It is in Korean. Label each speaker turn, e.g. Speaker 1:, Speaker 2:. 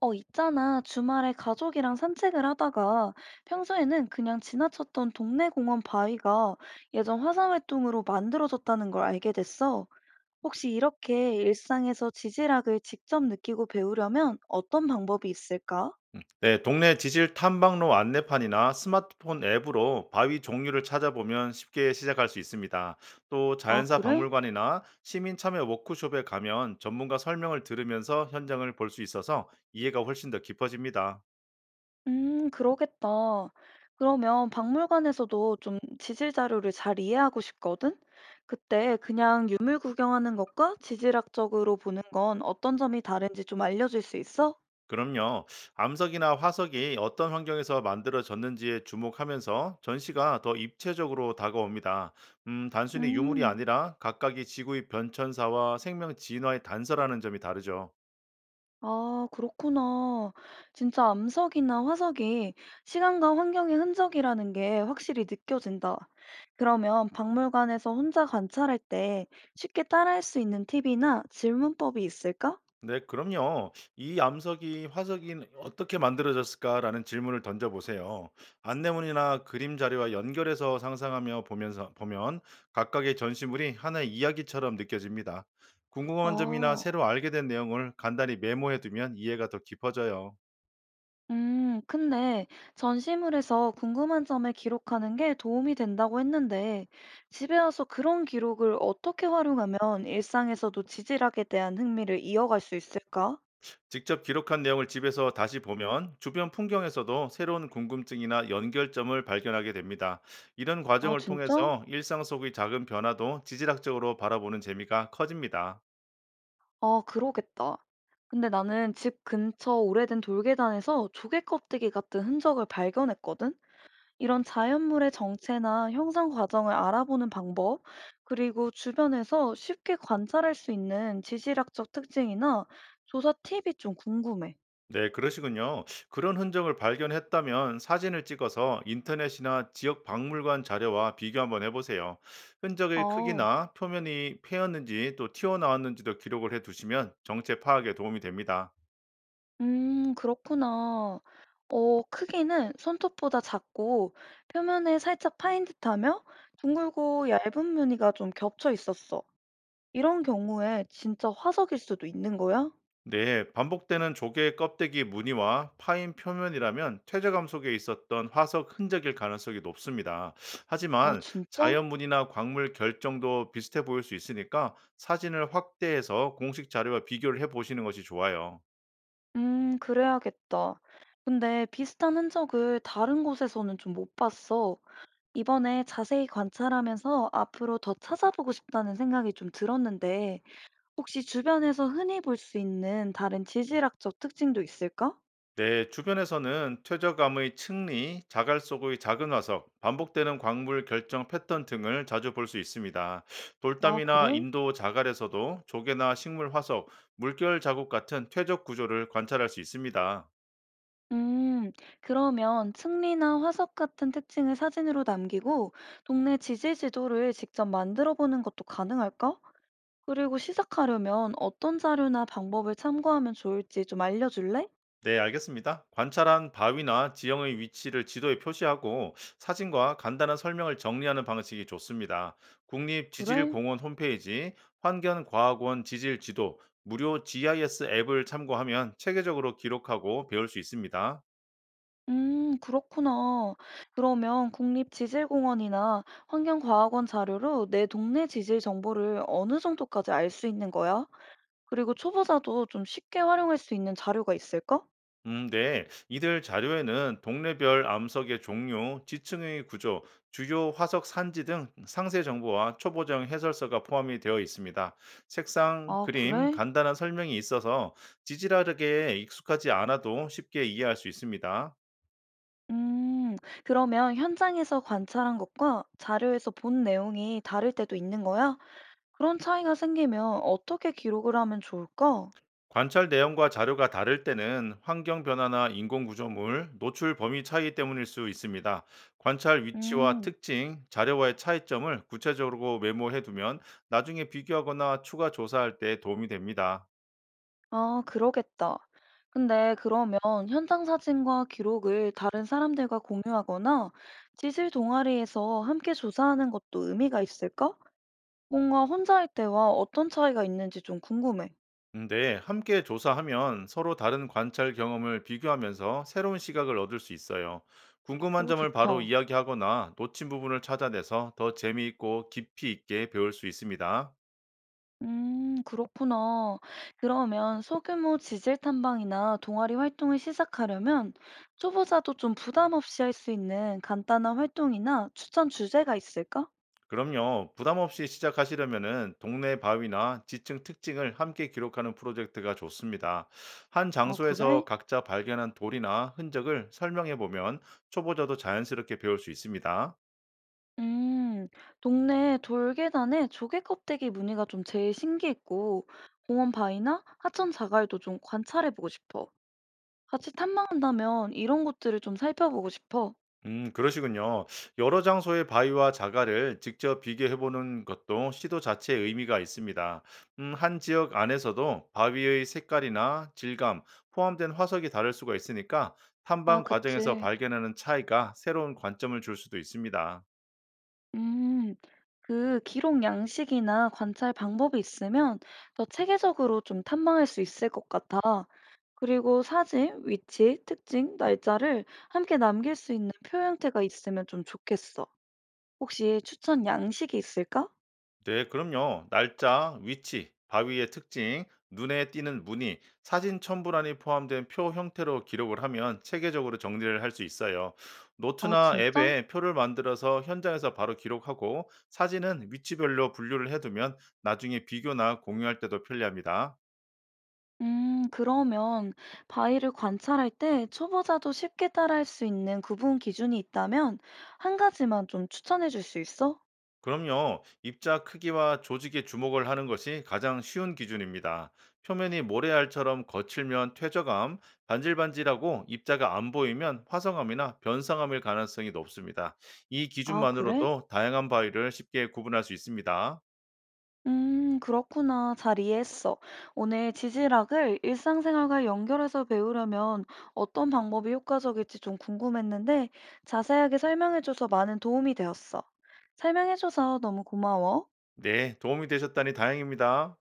Speaker 1: 어, 있잖아. 주말에 가족이랑 산책을 하다가 평소에는 그냥 지나쳤던 동네 공원 바위가 예전 화산활동으로 만들어졌다는 걸 알게 됐어. 혹시 이렇게 일상에서 지질학을 직접 느끼고 배우려면 어떤 방법이 있을까?
Speaker 2: 네, 동네 지질 탐방로 안내판이나 스마트폰 앱으로 바위 종류를 찾아보면 쉽게 시작할 수 있습니다. 또
Speaker 1: 아,
Speaker 2: 자연사
Speaker 1: 그래?
Speaker 2: 박물관이나 시민 참여 워크숍에 가면 전문가 설명을 들으면서 현장을 볼 수 있어서 이해가 훨씬 더 깊어집니다.
Speaker 1: 그러겠다. 그러면 박물관에서도 좀 지질 자료를 잘 이해하고 싶거든? 그때 그냥 유물 구경하는 것과 지질학적으로 보는 건 어떤 점이 다른지 좀 알려줄 수 있어?
Speaker 2: 그럼요. 암석이나 화석이 어떤 환경에서 만들어졌는지에 주목하면서 전시가 더 입체적으로 다가옵니다. 단순히 유물이
Speaker 1: 음,
Speaker 2: 아니라 각각이 지구의 변천사와 생명 진화의 단서라는 점이 다르죠.
Speaker 1: 아, 그렇구나. 진짜 암석이나 화석이 시간과 환경의 흔적이라는 게 확실히 느껴진다. 그러면 박물관에서 혼자 관찰할 때 쉽게 따라할 수 있는 팁이나 질문법이 있을까?
Speaker 2: 네, 그럼요. "이 암석이 화석이 어떻게 만들어졌을까?"라는 질문을 던져 보세요. 안내문이나 그림 자료와 연결해서 상상하며 보면 각각의 전시물이 하나의 이야기처럼 느껴집니다. 궁금한 점이나
Speaker 1: 아,
Speaker 2: 새로 알게 된 내용을 간단히 메모해 두면 이해가 더 깊어져요.
Speaker 1: 근데 전시물에서 궁금한 점을 기록하는 게 도움이 된다고 했는데 집에 와서 그런 기록을 어떻게 활용하면 일상에서 도 지질학에 대한 흥미를 이어갈 수 있을까?
Speaker 2: 직접 기록한 내용을 집에서 다시 보면 주변 풍경에서도 새로운 궁금증이나 연결점을 발견하게 됩니다. 이런
Speaker 1: 아,
Speaker 2: 과정을
Speaker 1: 진짜?
Speaker 2: 통해서 일상 속의 작은 변화도 지질학적으로 바라보는 재미가 커집니다.
Speaker 1: 아, 그러겠다. 근데 나는 집 근처 오래된 돌계단에서 조개 껍데기 같은 흔적을 발견했거든? 이런 자연물의 정체나 형성 과정을 알아보는 방법, 그리고 주변에서 쉽게 관찰할 수 있는 지질학적 특징이나 조사 팁이 좀 궁금해.
Speaker 2: 네, 그러시군요. 그런 흔적을 발견했다면 사진을 찍어서 인터넷이나 지역 박물관 자료와 비교 한번 해보세요. 흔적의
Speaker 1: 아,
Speaker 2: 크기나 표면이 패였는지 또 튀어나왔는지도 기록을 해두시면 정체 파악에 도움이 됩니다.
Speaker 1: 그렇구나. 어, 크기는 손톱보다 작고 표면에 살짝 파인 듯하며 둥글고 얇은 무늬가 좀 겹쳐 있었어. 이런 경우에 진짜 화석일 수도 있는 거야?
Speaker 2: 네, 반복되는 조개 껍데기 무늬와 파인 표면이라면 퇴적암 속에 있었던 화석 흔적일 가능성이 높습니다.
Speaker 1: 아,
Speaker 2: 하지만
Speaker 1: 진짜?
Speaker 2: 자연 무늬나 광물 결정도 비슷해 보일 수 있으니까 사진을 확대해서 공식 자료와 비교를 해보시는 것이 좋아요.
Speaker 1: 그래야겠다. 근데 비슷한 흔적을 다른 곳에서는 좀 못 봤어. 이번에 자세히 관찰하면서 앞으로 더 찾아보고 싶다는 생각이 좀 들었는데, 혹시 주변에서 흔히 볼 수 있는 다른 지질학적 특징도 있을까?
Speaker 2: 네, 주변에서는 퇴적암의 층리, 자갈 속의 작은 화석, 반복되는 광물 결정 패턴 등을 자주 볼 수 있습니다.
Speaker 1: 아,
Speaker 2: 돌담이나
Speaker 1: 그래?
Speaker 2: 인도 자갈에서도 조개나 식물 화석, 물결 자국 같은 퇴적 구조를 관찰할 수 있습니다.
Speaker 1: 음, 그러면 층리나 화석 같은 특징을 사진으로 남기고, 동네 지질 지도를 직접 만들어 보는 것도 가능할까? 그리고 시작하려면 어떤 자료나 방법을 참고하면 좋을지 좀 알려줄래?
Speaker 2: 네, 알겠습니다. 관찰한 바위나 지형의 위치를 지도에 표시하고 사진과 간단한 설명을 정리하는 방식이 좋습니다.
Speaker 1: 그래?
Speaker 2: 국립지질공원 홈페이지, 환경과학원 지질지도, 무료 GIS 앱을 참고하면 체계적으로 기록하고 배울 수 있습니다.
Speaker 1: 그렇구나. 그러면 국립지질공원이나 환경과학원 자료로 내 동네 지질 정보를 어느 정도까지 알 수 있는 거야? 그리고 초보자도 좀 쉽게 활용할 수 있는 자료가 있을까?
Speaker 2: 네. 이들 자료에는 동네별 암석의 종류, 지층의 구조, 주요 화석 산지 등 상세 정보와 초보정 해설서가 포함이 되어 있습니다. 색상,
Speaker 1: 아,
Speaker 2: 그림,
Speaker 1: 그래?
Speaker 2: 간단한 설명이 있어서 지질학에 익숙하지 않아도 쉽게 이해할 수 있습니다.
Speaker 1: 음, 그러면 현장에서 관찰한 것과 자료에서 본 내용이 다를 때도 있는 거야? 그런 차이가 생기면 어떻게 기록을 하면 좋을까?
Speaker 2: 관찰 내용과 자료가 다를 때는 환경 변화나 인공 구조물, 노출 범위 차이 때문일 수 있습니다. 관찰 위치와
Speaker 1: 음.
Speaker 2: 특징, 자료와의 차이점을 구체적으로 메모해 두면 나중에 비교하거나 추가 조사할 때 도움이 됩니다.
Speaker 1: 아, 그러겠다. 근데 그러면 현장 사진과 기록을 다른 사람들과 공유하거나 지질 동아리에서 함께 조사하는 것도 의미가 있을까? 뭔가 혼자 할 때와 어떤 차이가 있는지 좀 궁금해.
Speaker 2: 근데 함께 조사하면 서로 다른 관찰 경험을 비교하면서 새로운 시각을 얻을 수 있어요. 궁금한
Speaker 1: 오,
Speaker 2: 점을 바로
Speaker 1: 좋다.
Speaker 2: 이야기하거나 놓친 부분을 찾아내서 더 재미있고 깊이 있게 배울 수 있습니다.
Speaker 1: 그렇구나. 그러면 소규모 지질 탐방이나 동아리 활동을 시작하려면 초보자도 좀 부담 없이 할 수 있는 간단한 활동이나 추천 주제가 있을까?
Speaker 2: 그럼요. 부담 없이 시작하시려면은 동네 바위나 지층 특징을 함께 기록하는 프로젝트가 좋습니다. 한
Speaker 1: 아,
Speaker 2: 장소에서
Speaker 1: 그래?
Speaker 2: 각자 발견한 돌이나 흔적을 설명해 보면 초보자도 자연스럽게 배울 수 있습니다.
Speaker 1: 음, 동네 돌계단에 조개 껍데기 무늬가 좀 제일 신기했고, 공원 바위나 하천 자갈도 좀 관찰해보고 싶어. 같이 탐방한다면 이런 곳들을 좀 살펴보고 싶어.
Speaker 2: 그러시군요. 여러 장소의 바위와 자갈을 직접 비교해 보는 것도 시도 자체의 의미가 있습니다. 한 지역 안에서도 바위의 색깔이나 질감, 포함된 화석이 다를 수가 있으니까
Speaker 1: 아,
Speaker 2: 탐방 과정에서
Speaker 1: 그치.
Speaker 2: 발견하는 차이가 새로운 관점을 줄 수도 있습니다.
Speaker 1: 음, 그 기록 양식이나 관찰 방법이 있으면 더 체계적으로 좀 탐방할 수 있을 것 같아. 그리고 사진, 위치, 특징, 날짜를 함께 남길 수 있는 표형태가 있으면 좀 좋겠어. 혹시 추천 양식이 있을까?
Speaker 2: 네, 그럼요. 날짜, 위치, 바위의 특징, 눈에 띄는 무늬, 사진 첨부란이 포함된 표 형태로 기록을 하면 체계적으로 정리를 할 수 있어요.
Speaker 1: 아,
Speaker 2: 노트나
Speaker 1: 진짜?
Speaker 2: 앱에 표를 만들어서 현장에서 바로 기록하고 사진은 위치별로 분류를 해두면 나중에 비교나 공유할 때도 편리합니다.
Speaker 1: 그러면 바위를 관찰할 때 초보자도 쉽게 따라할 수 있는 구분 기준이 있다면 한 가지만 좀 추천해 줄 수 있어?
Speaker 2: 그럼요. 입자 크기와 조직에 주목을 하는 것이 가장 쉬운 기준입니다. 표면이 모래알처럼 거칠면 퇴적암, 반질반질하고 입자가 안 보이면 화성암이나 변성암일 가능성이 높습니다. 이
Speaker 1: 아, 그래?
Speaker 2: 기준만으로도 다양한 바위를 쉽게 구분할 수 있습니다.
Speaker 1: 그렇구나. 잘 이해했어. 오늘 지질학을 일상생활과 연결해서 배우려면 어떤 방법이 효과적일지 좀 궁금했는데 자세하게 설명해줘서 많은 도움이 되었어. 설명해줘서 너무 고마워.
Speaker 2: 네, 도움이 되셨다니 다행입니다.